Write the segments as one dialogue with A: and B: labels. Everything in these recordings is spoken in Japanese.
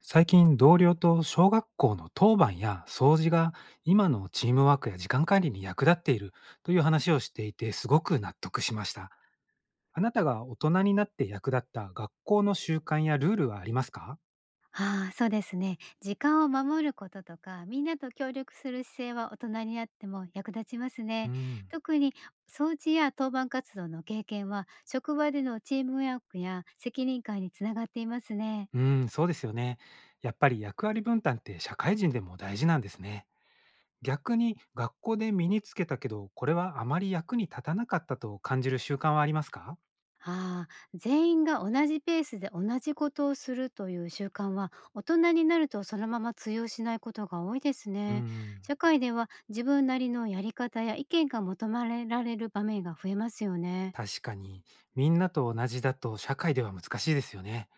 A: 最近同僚と小学校の当番や掃除が今のチームワークや時間管理に役立っているという話をしていてすごく納得しました。あなたが大人になって役立った学校の習慣やルールはありますか？
B: ああ、そうですね。時間を守ることとか、みんなと協力する姿勢は大人になっても役立ちます
A: う
B: ね。
A: ん。
B: 特に掃除や当番活動の経験は、職場でのチームワークや責任感につながっていますね。
A: うん、そうですよね。やっぱり役割分担って社会人でも大事なんですね。逆に学校で身につけたけど、これはあまり役に立たなかったと感じる習慣はありますか？
B: ああ、全員が同じペースで同じことをするという習慣は、大人になるとそのまま通用しないことが多いです
A: う
B: ね。
A: ん。
B: 社会では自分なりのやり方や意見が求められる場面が増えますよね。
A: 確かに、みんなと同じだと社会では難しいですよね。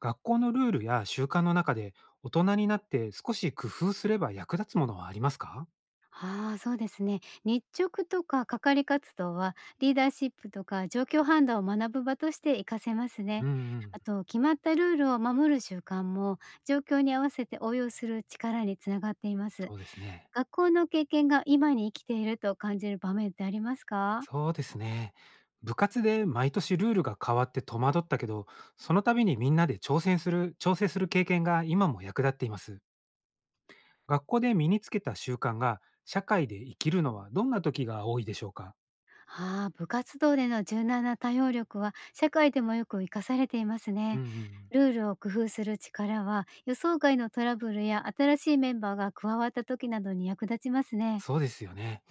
A: 学校のルールや習慣の中で大人になって少し工夫すれば役立つものはありますか？
B: ああ、そうですね。日直とか係活動はリーダーシップとか状況判断を学ぶ場として活かせます
A: う
B: ね。
A: んうん。
B: あと、決まったルールを守る習慣も状況に合わせて応用する力につながっています。
A: そうですね。
B: 学校の経験が今に生きていると感じる場面ってありますか？
A: そうですね。部活で毎年ルールが変わって戸惑ったけど、その度にみんなで挑戦する、調整する経験が今も役立っています。学校で身につけた習慣が社会で生きるのはどんな時が多いでしょうか？
B: ああ、部活動での柔軟な対応力は社会でもよく活かされています
A: う
B: ね。
A: んうんうん。
B: ルールを工夫する力は予想外のトラブルや新しいメンバーが加わった時などに役立ちますね。
A: そうですよね。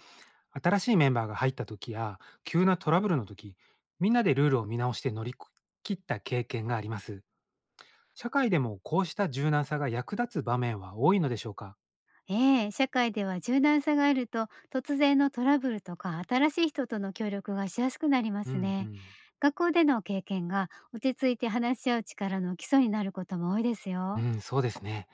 A: 新しいメンバーが入った時や、急なトラブルの時、みんなでルールを見直して乗り切った経験があります。社会でもこうした柔軟さが役立つ場面は多いのでしょうか？
B: ええ、社会では柔軟さがあると突然のトラブルとか新しい人との協力がしやすくなりま
A: う
B: す
A: んう
B: ね。
A: ん。
B: 学校での経験が落ち着いて話し合う力の基礎になることも多いです
A: う
B: よ。
A: ん、そうですね。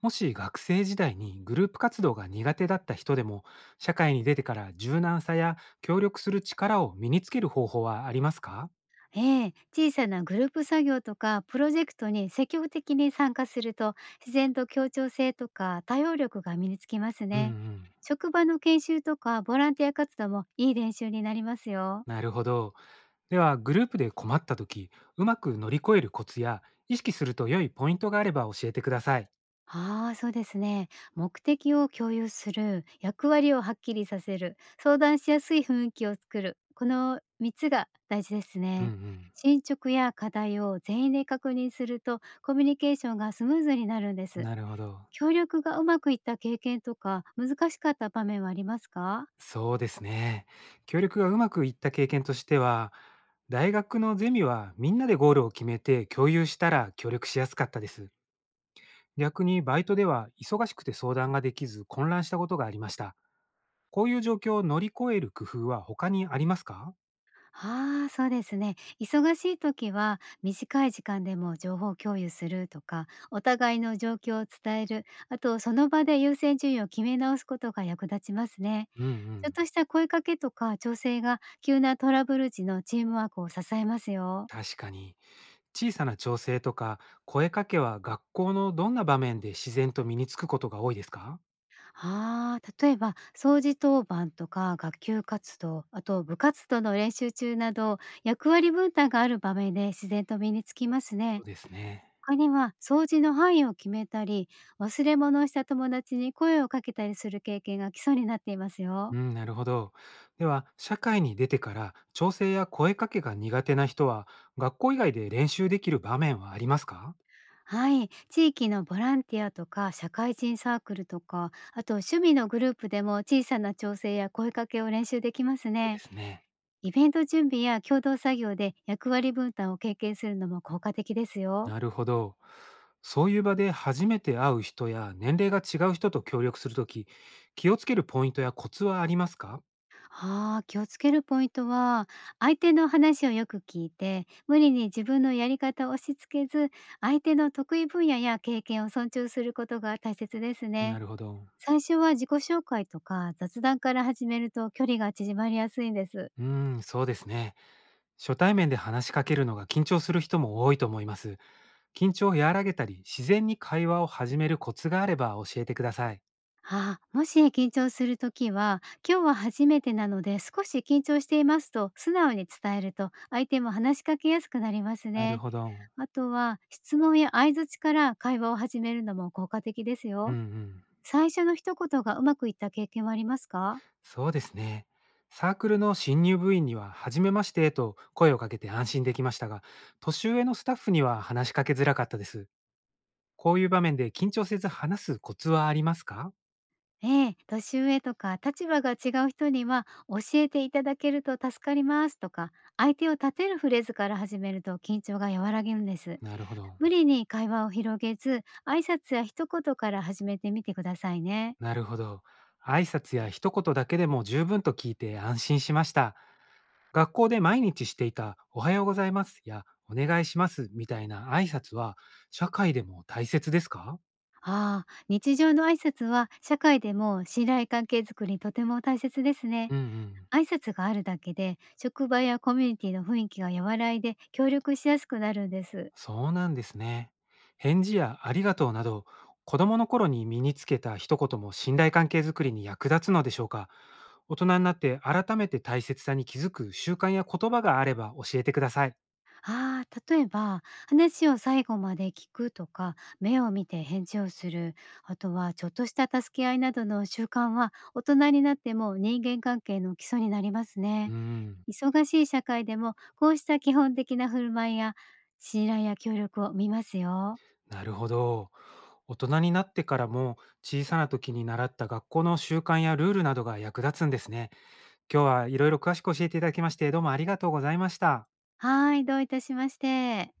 A: もし学生時代にグループ活動が苦手だった人でも、社会に出てから柔軟さや協力する力を身につける方法はありますか？
B: ええ、小さなグループ作業とかプロジェクトに積極的に参加すると自然と協調性とか対応力が身につきます
A: うんう
B: ね。
A: ん。
B: 職場の研修とかボランティア活動もいい練習になりますよ。
A: なるほど。では、グループで困った時、うまく乗り越えるコツや意識すると良いポイントがあれば教えてください。
B: ああ、そうですね。目的を共有する、役割をはっきりさせる、相談しやすい雰囲気を作る。この3つが大事です
A: うんう
B: ね。
A: ん。
B: 進捗や課題を全員で確認するとコミュニケーションがスムーズになるんです。
A: なるほど。
B: 協力がうまくいった経験とか、難しかった場面はありますか？
A: そうですね。協力がうまくいった経験としては、大学のゼミはみんなでゴールを決めて共有したら協力しやすかったです。逆にバイトでは忙しくて相談ができず混乱したことがありました。こういう状況を乗り越える工夫は他にありますか？
B: ああー、そうですね。忙しい時は短い時間でも情報共有するとか、お互いの状況を伝える、あとその場で優先順位を決め直すことが役立ちますね。
A: うんう
B: ちょっ
A: ん。
B: とした声かけとか調整が急なトラブル時のチームワークを支えますよ。
A: 確かに。小さな調整とか声かけは学校のどんな場面で自然と身につくことが多いですか？
B: ああ、例えば掃除当番とか学級活動、あと部活動の練習中など役割分担がある場面で自然と身につきます
A: そ
B: ね。
A: うですね。
B: 他には掃除の範囲を決めたり、忘れ物をした友達に声をかけたりする経験が基礎になっていますよ。
A: うん、なるほど。では、社会に出てから調整や声かけが苦手な人は、学校以外で練習できる場面はありますか？
B: はい、地域のボランティアとか社会人サークルとか、あと趣味のグループでも小さな調整や声かけを練習できます
A: そうで
B: ね。
A: すね。
B: イベント準備や共同作業で役割分担を経験するのも効果的ですよ。
A: なるほど。そういう場で初めて会う人や年齢が違う人と協力するとき、気をつけるポイントやコツはありますか？
B: ああ、気をつけるポイントは、相手の話をよく聞いて、無理に自分のやり方を押し付けず、相手の得意分野や経験を尊重することが大切です
A: な
B: ね。
A: るほど。
B: 最初は自己紹介とか雑談から始めると距離が縮まりやすいんです。
A: うーん、そうですね。初対面で話しかけるのが緊張する人も多いと思います。緊張を和らげたり、自然に会話を始めるコツがあれば教えてください。
B: ああ、もし緊張するときは、今日は初めてなので少し緊張していますと素直に伝えると相手も話しかけやすくなります
A: なる
B: ね。
A: ほど。
B: あとは質問や相槌から会話を始めるのも効果的です
A: うん
B: よ。
A: うん。
B: 最初の一言がうまくいった経験はありますか？
A: そうですね。サークルの新入部員には、初めましてと声をかけて安心できましたが、年上のスタッフには話しかけづらかったです。こういう場面で緊張せず話すコツはありますか？
B: ええ、年上とか立場が違う人には教えていただけると助かりますとか相手を立てるフレーズから始めると緊張が和らげるんです。
A: なるほど。
B: 無理に会話を広げず、挨拶や一言から始めてみてくださいね。
A: なるほど。挨拶や一言だけでも十分と聞いて安心しました。学校で毎日していたおはようございますやお願いしますみたいな挨拶は社会でも大切ですか？
B: ああ、日常の挨拶は社会でも信頼関係づくりにとても大切ですね。
A: うんうん。
B: 挨拶があるだけで、職場やコミュニティの雰囲気が和らいで協力しやすくなるんです。
A: そうなんですね。返事やありがとうなど、子供の頃に身につけた一言も信頼関係づくりに役立つのでしょうか？大人になって改めて大切さに気づく習慣や言葉があれば教えてください。
B: ああ、例えば、話を最後まで聞くとか、目を見て返事をする、あとはちょっとした助け合いなどの習慣は、大人になっても人間関係の基礎になります
A: う
B: ね。
A: ーん、
B: 忙しい社会でも、こうした基本的な振る舞いや信頼や協力を見ますよ。
A: なるほど。大人になってからも小さな時に習った学校の習慣やルールなどが役立つんですね。今日はいろいろ詳しく教えていただきまして、どうもありがとうございました。
B: はい、どういたしまして。